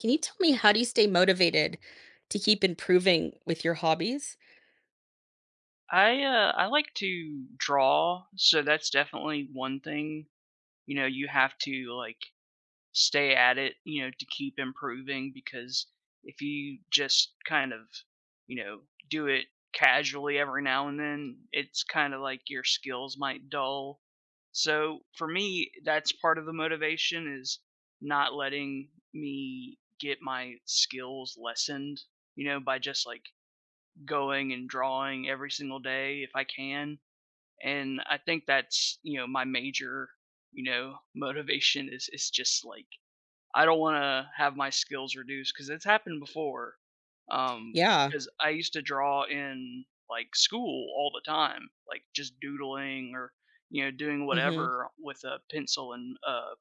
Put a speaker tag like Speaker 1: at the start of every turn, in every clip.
Speaker 1: Can you tell me how do you stay motivated to keep improving with your hobbies?
Speaker 2: I like to draw, so that's definitely one thing. You know, you have to, like, stay at it, you know, to keep improving because if you just kind of, you know, do it casually every now and then, it's kind of like your skills might dull. So for me, that's part of the motivation is not letting me get my skills lessened, by just like going and drawing every single day if I can. And I think that's, my major, motivation is just like I don't want to have my skills reduced because it's happened before. Um,
Speaker 1: Yeah.
Speaker 2: because I used to draw in like school all the time, like just doodling or doing
Speaker 1: Mhm.
Speaker 2: whatever with a pencil and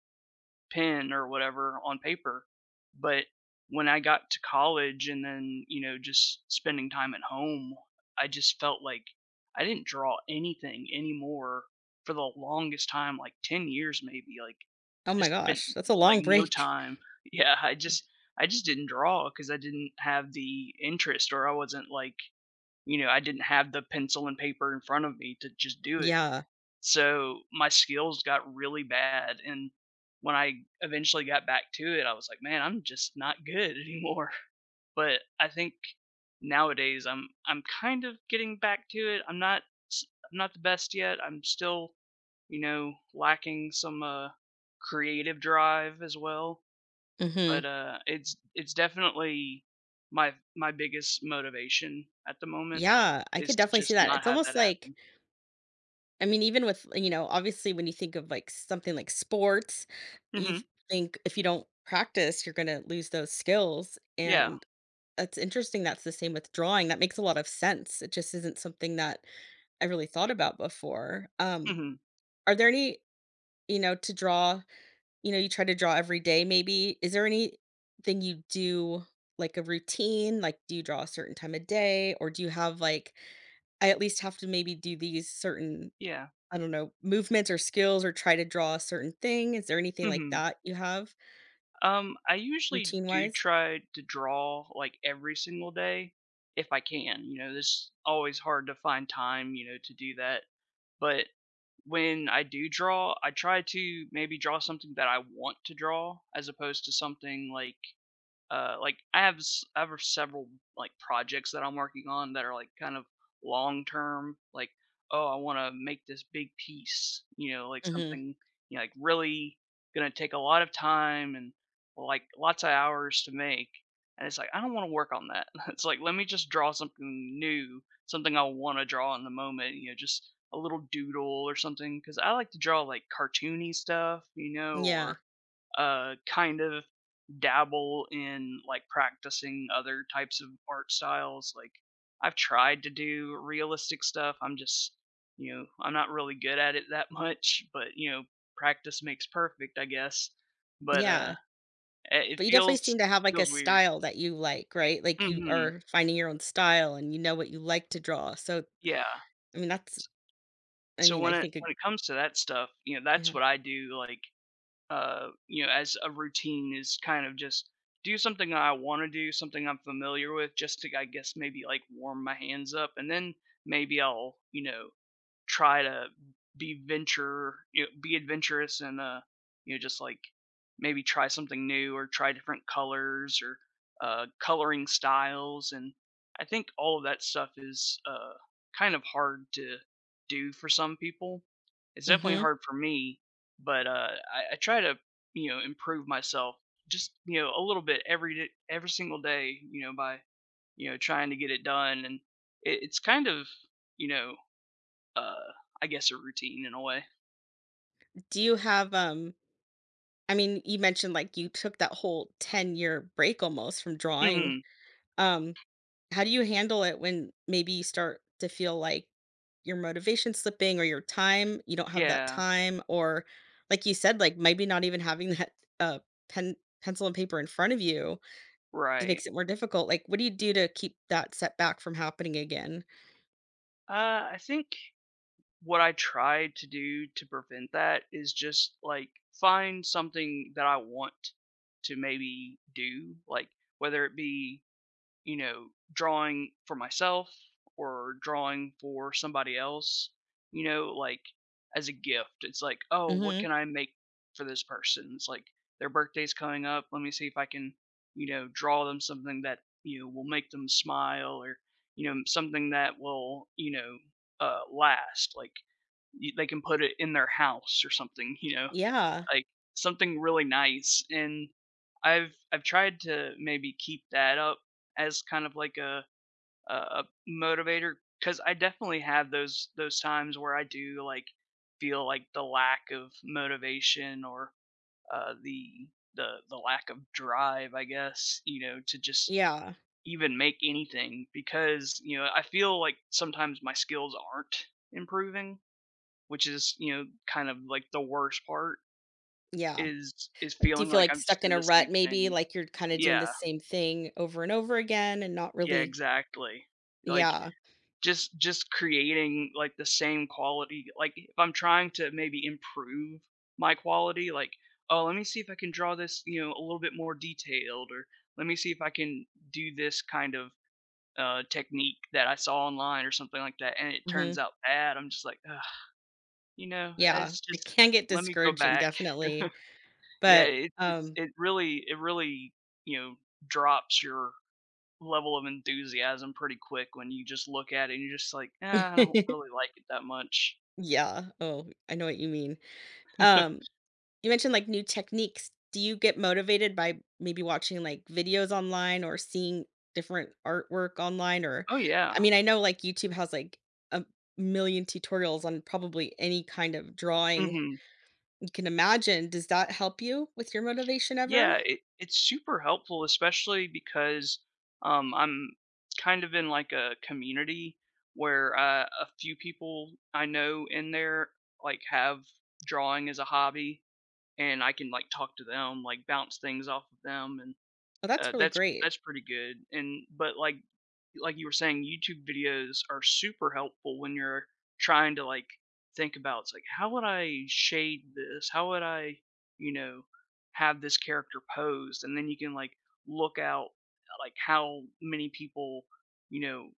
Speaker 2: pen or whatever on paper. But when I got to college and then, you know, just spending time at home, I just felt like I didn't draw anything anymore for the longest time, like 10 years maybe, like
Speaker 1: Oh my
Speaker 2: just spent
Speaker 1: gosh, that's a
Speaker 2: like
Speaker 1: long
Speaker 2: no
Speaker 1: break.
Speaker 2: time. Yeah, I just didn't draw because I didn't have the interest or I wasn't like, you know, I didn't have the pencil and paper in front of me to just do it.
Speaker 1: Yeah.
Speaker 2: So, my skills got really bad, and when I eventually got back to it, I was like, "Man, I'm just not good anymore." But I think nowadays I'm kind of getting back to it. S I'm not the best yet. I'm still, you know, lacking some, creative drive as well, but,
Speaker 1: Mhm.
Speaker 2: it's definitely my biggest motivation at the moment
Speaker 1: Yeah, I
Speaker 2: is
Speaker 1: could
Speaker 2: to
Speaker 1: definitely see
Speaker 2: just
Speaker 1: that.
Speaker 2: not
Speaker 1: It's
Speaker 2: have that
Speaker 1: almost like
Speaker 2: happen.
Speaker 1: even with, obviously when you think of like something like sports, you
Speaker 2: Mhm.
Speaker 1: think if you don't practice, you're going to lose those skills.
Speaker 2: Yeah.
Speaker 1: And that's interesting. That's the same with drawing. That makes a lot of sense. It just isn't something that I really thought about before.
Speaker 2: Mhm.
Speaker 1: Are there any, to draw, you try to draw every day, maybe. Is there anything you do like a routine? Like, do you draw a certain time of day or do you have like, I at least have to maybe do these certain
Speaker 2: Yeah.
Speaker 1: I don't know, movements or skills or try to draw a certain thing? Is there anything like
Speaker 2: Mhm.
Speaker 1: that you have
Speaker 2: I usually do
Speaker 1: routine-wise?
Speaker 2: try to draw like every single day if I can. You know, it's always hard to find time, you know, to do that. But when I do draw, I try to maybe draw something that I want to draw as opposed to something like I have several, like, projects that I'm working on that are, like, kind of long term, like, "Oh, I wanna make this big piece," you know, like
Speaker 1: Mhm.
Speaker 2: something, you know, like, really gonna take a lot of time and, like, lots of hours to make, and it's like, I don't wanna work on that. It's like, let me just draw something new, something I wanna draw in the moment, you know, just a little doodle or something. Because I like to draw, like, cartoony stuff, you know,
Speaker 1: Yeah.
Speaker 2: or kind of dabble in like practicing other types of art styles. Like I've tried to do realistic stuff. I'm just, you know, I'm not really good at it that much, but you know, practice makes perfect, I guess. But
Speaker 1: Yeah.
Speaker 2: it it
Speaker 1: But you definitely
Speaker 2: feels
Speaker 1: seem to have, like, a
Speaker 2: feels weird.
Speaker 1: style that you like, right? Like, you
Speaker 2: Mhm.
Speaker 1: are finding your own style and you know what you like to draw. So,
Speaker 2: Yeah.
Speaker 1: I mean,
Speaker 2: So
Speaker 1: I think it
Speaker 2: when it comes to that stuff, you know, that's
Speaker 1: yeah.
Speaker 2: what I do like you know, as a routine is kind of just do something that I want to do, something I'm familiar with, just to, I guess, maybe like warm my hands up. And then maybe I'll, you know, try to be venture you know, be adventurous and you know just like maybe try something new or try different colors or coloring styles. And I think all of that stuff is kind of hard to do for some people. It's definitely
Speaker 1: Mhm.
Speaker 2: hard for me, but I try to you know improve myself just you know a little bit every day, every single day you know by you know trying to get it done. And it's kind of you know uh, I guess a routine in a way.
Speaker 1: Do you have, I mean, you mentioned, like, you took that whole 10-year break almost from drawing.
Speaker 2: Hmm.
Speaker 1: Um How do you handle it when maybe you start to feel like your motivation slipping or your time, you don't have that
Speaker 2: Yeah,
Speaker 1: time or like you said, like maybe not even having that uh pen pencil and paper in front of you just
Speaker 2: right.
Speaker 1: makes it more difficult. Like what do you do to keep that setback from happening again?
Speaker 2: I think what I try to do to prevent that is just like find something that I want to maybe do, like whether it be you know, drawing for myself or drawing for somebody else, you know, like as a gift. It's like, oh, what can
Speaker 1: Mhm.
Speaker 2: I make for this person? It's like their birthday's coming up. Let me see if I can, you know, draw them something that, you know, will make them smile or, you know, something that will, you know, last. Like they can put it in their house or something, you know
Speaker 1: Yeah.
Speaker 2: like something really nice. And I've tried to maybe keep that up as kind of like a motivator because I definitely have those times where I do like feel like the lack of motivation or uh the the lack of drive I guess you know to just
Speaker 1: Yeah.
Speaker 2: even make anything because you know I feel like sometimes my skills aren't improving, which is you know kind of like the worst part
Speaker 1: Yeah.
Speaker 2: is
Speaker 1: Like do you
Speaker 2: feeling
Speaker 1: feel
Speaker 2: like
Speaker 1: like
Speaker 2: I'm just
Speaker 1: stuck in
Speaker 2: doing
Speaker 1: a
Speaker 2: the same
Speaker 1: rut maybe
Speaker 2: thing.
Speaker 1: like you're kind of doing the
Speaker 2: Yeah.
Speaker 1: same thing over and over again and not
Speaker 2: Yeah,
Speaker 1: really?
Speaker 2: exactly. Like,
Speaker 1: Yeah.
Speaker 2: just creating, like, the same quality like, if I'm trying to maybe improve my quality, like, "Oh, let me see if I can draw this, you know, a little bit more detailed," or, "Let me see if I can do this kind of, technique that I saw online," or something like that, and it turns
Speaker 1: Mhm.
Speaker 2: out bad, I'm just like, "Ugh," you know,
Speaker 1: Yeah.
Speaker 2: "It's
Speaker 1: It
Speaker 2: just
Speaker 1: can get
Speaker 2: let me go
Speaker 1: discouraging
Speaker 2: back."
Speaker 1: definitely.
Speaker 2: Yeah,
Speaker 1: But,
Speaker 2: it's it really, you know, drops your level of enthusiasm pretty quick when you just look at it and you're just like, "Ah, I don't really like it that much."
Speaker 1: Yeah, oh, I know what you mean. Um, you mentioned, like, new techniques. Do you get motivated by maybe watching, like, videos online or seeing different artwork online or
Speaker 2: Oh, yeah.
Speaker 1: I mean, I know, like, YouTube has, like, a million tutorials on probably any kind of drawing
Speaker 2: Mhm.
Speaker 1: you can imagine. Does that help you with your motivation
Speaker 2: Yeah,
Speaker 1: ever?
Speaker 2: it's super helpful, especially because, I'm kind of in, like, a community where, a few people I know in there, like, have drawing as a hobby, and I can, like, talk to them, like, bounce things off of them, and,
Speaker 1: Oh, that's really
Speaker 2: that's
Speaker 1: great.
Speaker 2: that's pretty good, and but, like you were saying, YouTube videos are super helpful when you're trying to like think about it's like how would I shade this? How would I, you know, have this character posed? And then you can like look out like how many people, you know,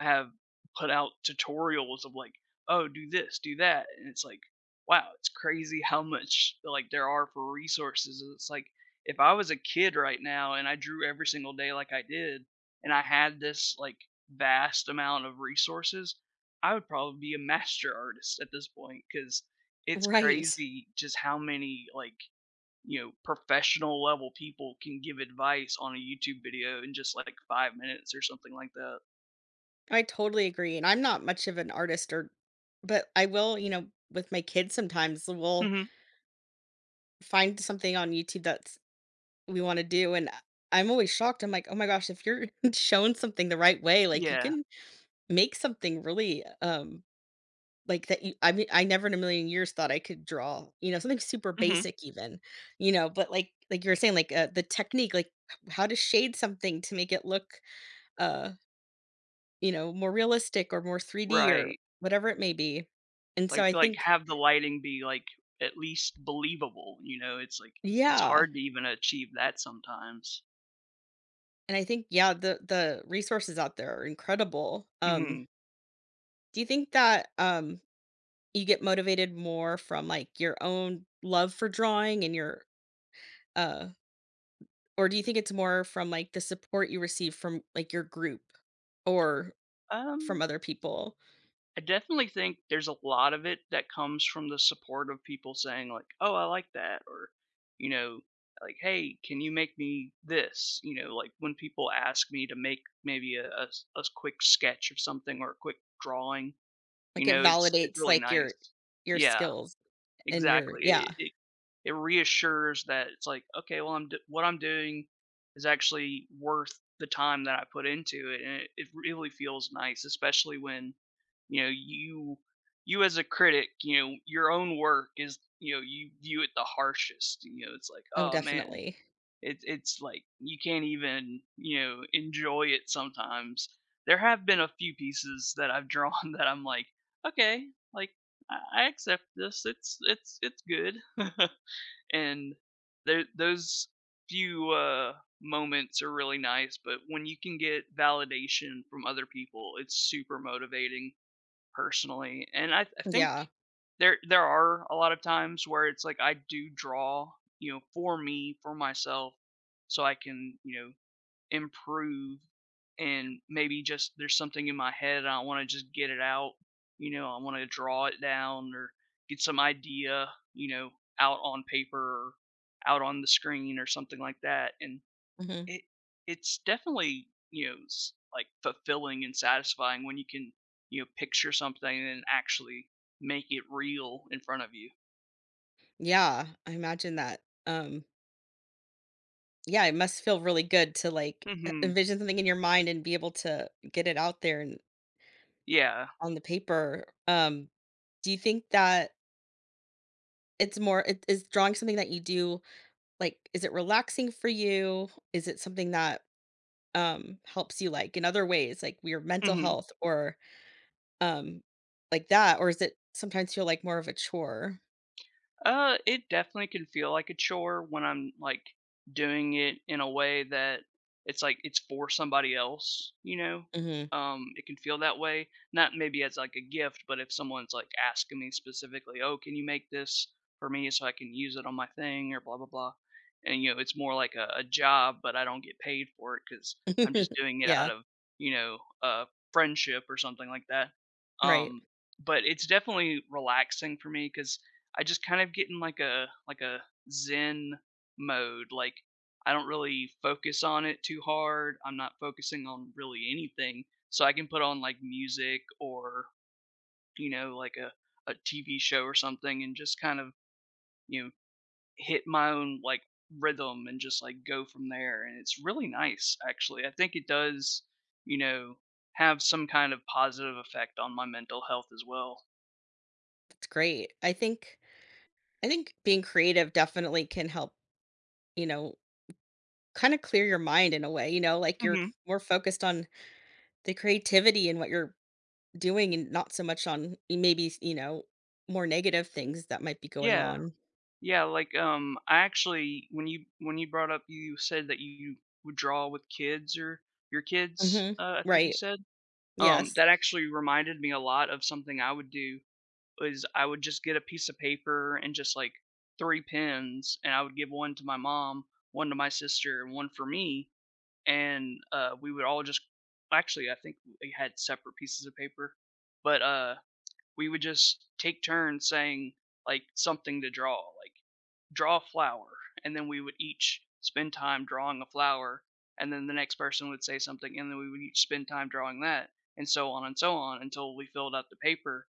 Speaker 2: have put out tutorials of like, oh, do this, do that. And it's like, wow, it's crazy how much like there are for resources. And it's like if I was a kid right now and I drew every single day like I did, and I had this like vast amount of resources, I would probably be a master artist at this point because it's
Speaker 1: Right.
Speaker 2: crazy just how many like you know professional level people can give advice on a YouTube video in just like 5 minutes or something like that.
Speaker 1: I totally agree, and I'm not much of an artist or but I will, you know, with my kids sometimes, we'll
Speaker 2: Hmm.
Speaker 1: find something on YouTube that's we wanna do, and I'm always shocked, I'm like, "Oh my gosh," if you're shown something the right way, like, you
Speaker 2: Yeah.
Speaker 1: can make something really, like, that you I mean, I never in a million years thought I could draw, you know, something super
Speaker 2: Hmm.
Speaker 1: basic even, you know, but like you were saying, like, the technique, like, how to shade something to make it look, uh, you know, more realistic or more 3D or
Speaker 2: Right.
Speaker 1: whatever it may be, and so I
Speaker 2: Like
Speaker 1: think
Speaker 2: have the lighting be like at least believable. You know, it's like it's
Speaker 1: yeah,
Speaker 2: hard to even achieve that sometimes.
Speaker 1: and I think, yeah, the resources out there are incredible,
Speaker 2: Hmm.
Speaker 1: Do you think that, you get motivated more from, like, your own love for drawing and your, uh or do you think it's more from, like, the support you receive from, like, your group or
Speaker 2: Um,
Speaker 1: from other people?
Speaker 2: I definitely think there's a lot of it that comes from the support of people saying like, "Oh, I like that," or you know, like, "Hey, can you make me this?" You know, like when people ask me to make maybe quick sketch of something or a quick drawing, you
Speaker 1: Like, it
Speaker 2: know, it's
Speaker 1: validates,
Speaker 2: really
Speaker 1: like,
Speaker 2: nice.
Speaker 1: your
Speaker 2: Yeah.
Speaker 1: skills and your
Speaker 2: Exactly.
Speaker 1: yeah.
Speaker 2: It reassures that it's like, okay, well, what I'm doing is actually worth the time that I put into it, and it really feels nice, especially when you know you you as a critic, you know your own work is you know you view it the harshest. You know, it's like,
Speaker 1: Oh,
Speaker 2: oh man,
Speaker 1: definitely.
Speaker 2: it's like you can't even, you know, enjoy it sometimes. There have been a few pieces that I've drawn that I'm like, "Okay, like I accept this. It's it's good." And there those few, moments are really nice, but when you can get validation from other people, it's super motivating personally, and I think
Speaker 1: Yeah.
Speaker 2: there are a lot of times where it's like I do draw, you know, for me, for myself, so I can, you know, improve and maybe just there's something in my head and I want to just get it out. You know, I want to draw it down or get some idea, you know, out on paper or out on the screen or something like that. And
Speaker 1: Mhm.
Speaker 2: it it's definitely, you know, s like, fulfilling and satisfying when you can, you know, picture something and actually make it real in front of you.
Speaker 1: Yeah, I imagine that. Um, yeah, it must feel really good to, like, e
Speaker 2: Mhm.
Speaker 1: envision something in your mind and be able to get it out there and
Speaker 2: Yeah.
Speaker 1: on the paper. Do you think that it's more it is drawing something that you do, like, is it relaxing for you? Is it something that, helps you, like, in other ways, like, your mental
Speaker 2: Mhm.
Speaker 1: health or, um, like that? Or is it sometimes feel like more of a chore?
Speaker 2: It definitely can feel like a chore when I'm like doing it in a way that it's like it's for somebody else, you know?
Speaker 1: Mhm.
Speaker 2: It can feel that way. Not maybe as like a gift, but if someone's like asking me specifically, oh, can you make this for me so I can use it on my thing or blah blah blah. And you know, it's more like a job, but I don't get paid for it because I'm just doing it out
Speaker 1: Yeah,
Speaker 2: of, you know, friendship or something like that.
Speaker 1: right.
Speaker 2: Um, but it's definitely relaxing for me because I just kind of get in like a zen mode. Like I don't really focus on it too hard. I'm not focusing on really anything. So I can put on like music or, you know, like a TV show or something and just kind of, you know, hit my own like rhythm and just like go from there. And it's really nice actually. I think it does, you know, have some kind of positive effect on my mental health as well.
Speaker 1: That's great. I think being creative definitely can help, you know, kinda clear your mind in a way, you know, like, you're
Speaker 2: Hmm.
Speaker 1: more focused on the creativity and what you're doing and not so much on e, maybe, you know, more negative things that might be going
Speaker 2: Yeah.
Speaker 1: on.
Speaker 2: Yeah, like, I actually when you brought up you said that you would draw with kids or your kids,
Speaker 1: Mhm.
Speaker 2: I think you
Speaker 1: Right.
Speaker 2: said.
Speaker 1: Yes.
Speaker 2: That actually reminded me a lot of something I would do, is I would just get a piece of paper and just, like, 3 pens, and I would give 1 to my mom, 1 to my sister, and 1 for me, and, we would all just actually, I think we had separate pieces of paper, but, we would just take turns saying, like, something to draw, like draw a flower, and then we would each spend time drawing a flower, and then the next person would say something, and then we would each spend time drawing that, and so on until we filled out the paper.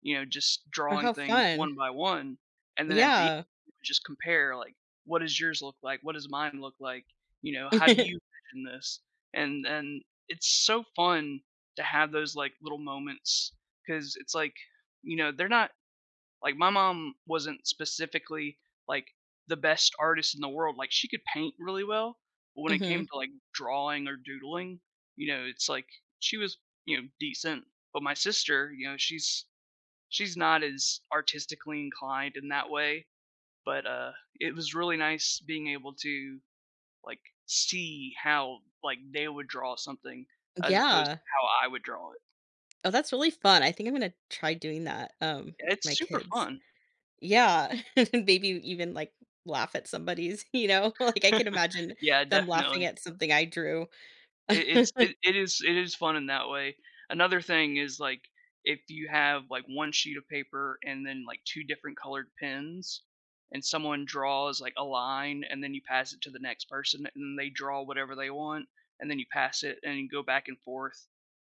Speaker 2: You know, just
Speaker 1: Oh,
Speaker 2: drawing
Speaker 1: how
Speaker 2: things
Speaker 1: fun.
Speaker 2: one by one, and then at the end,
Speaker 1: Yeah.
Speaker 2: we would just compare like, what does yours look like? What does mine look like? You know, how do you envision this? And it's so fun to have those like little moments because it's like you know they're not like, my mom wasn't specifically, like, the best artist in the world, like, she could paint really well, but when it came
Speaker 1: Mhm.
Speaker 2: to, like, drawing or doodling, you know, it's like she was, you know, decent, but my sister, you know, she's not as artistically inclined in that way, but, it was really nice being able to, like, see how, like, they would draw something as opposed to
Speaker 1: Yeah.
Speaker 2: how I would draw it.
Speaker 1: Oh, that's really fun. I think I'm gonna try doing that,
Speaker 2: Yeah,
Speaker 1: with
Speaker 2: it's
Speaker 1: my
Speaker 2: super
Speaker 1: kids.
Speaker 2: fun.
Speaker 1: Yeah. and maybe even, like, laugh at somebody's, you know? Like, I can imagine
Speaker 2: Yeah,
Speaker 1: them laughing
Speaker 2: definitely.
Speaker 1: at something I drew.
Speaker 2: It it's it it is fun in that way. Another thing is, like, if you have, like, 1 sheet of paper and then, like, 2 different colored pens, and someone draws, like, a line, and then you pass it to the next person, and they draw whatever they want, and then you pass it, and you go back and forth,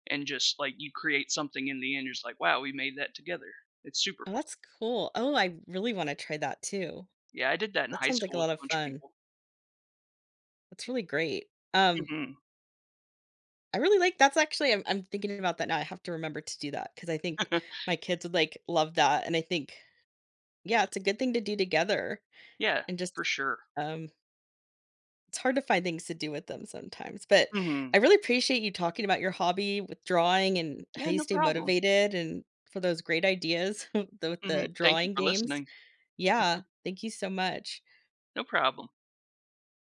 Speaker 2: and just, like, you create something in the end, you just like, "Wow, we made that together." It's super
Speaker 1: Oh,
Speaker 2: fun.
Speaker 1: that's cool. Oh, I really wanna try that too.
Speaker 2: Yeah, I did that in
Speaker 1: That
Speaker 2: high
Speaker 1: sounds like
Speaker 2: school
Speaker 1: a
Speaker 2: with
Speaker 1: lot
Speaker 2: a
Speaker 1: of
Speaker 2: bunch of
Speaker 1: fun.
Speaker 2: people.
Speaker 1: That's really great. Um
Speaker 2: Mhm.
Speaker 1: I really like that's actually I'm thinking about that now, I have to remember to do that because I think my kids would, like, love that, and I think yeah, it's a good thing to do together
Speaker 2: Yeah,
Speaker 1: and
Speaker 2: for
Speaker 1: just,
Speaker 2: sure.
Speaker 1: um it's hard to find things to do with them sometimes, but
Speaker 2: Mhm.
Speaker 1: I really appreciate you talking about your hobby with drawing and how
Speaker 2: Yeah,
Speaker 1: you
Speaker 2: no
Speaker 1: stay
Speaker 2: problem.
Speaker 1: motivated and for those great ideas with
Speaker 2: Mhm.
Speaker 1: the
Speaker 2: Thank you
Speaker 1: drawing
Speaker 2: for
Speaker 1: games.
Speaker 2: listening.
Speaker 1: Yeah, thank you so much.
Speaker 2: No problem.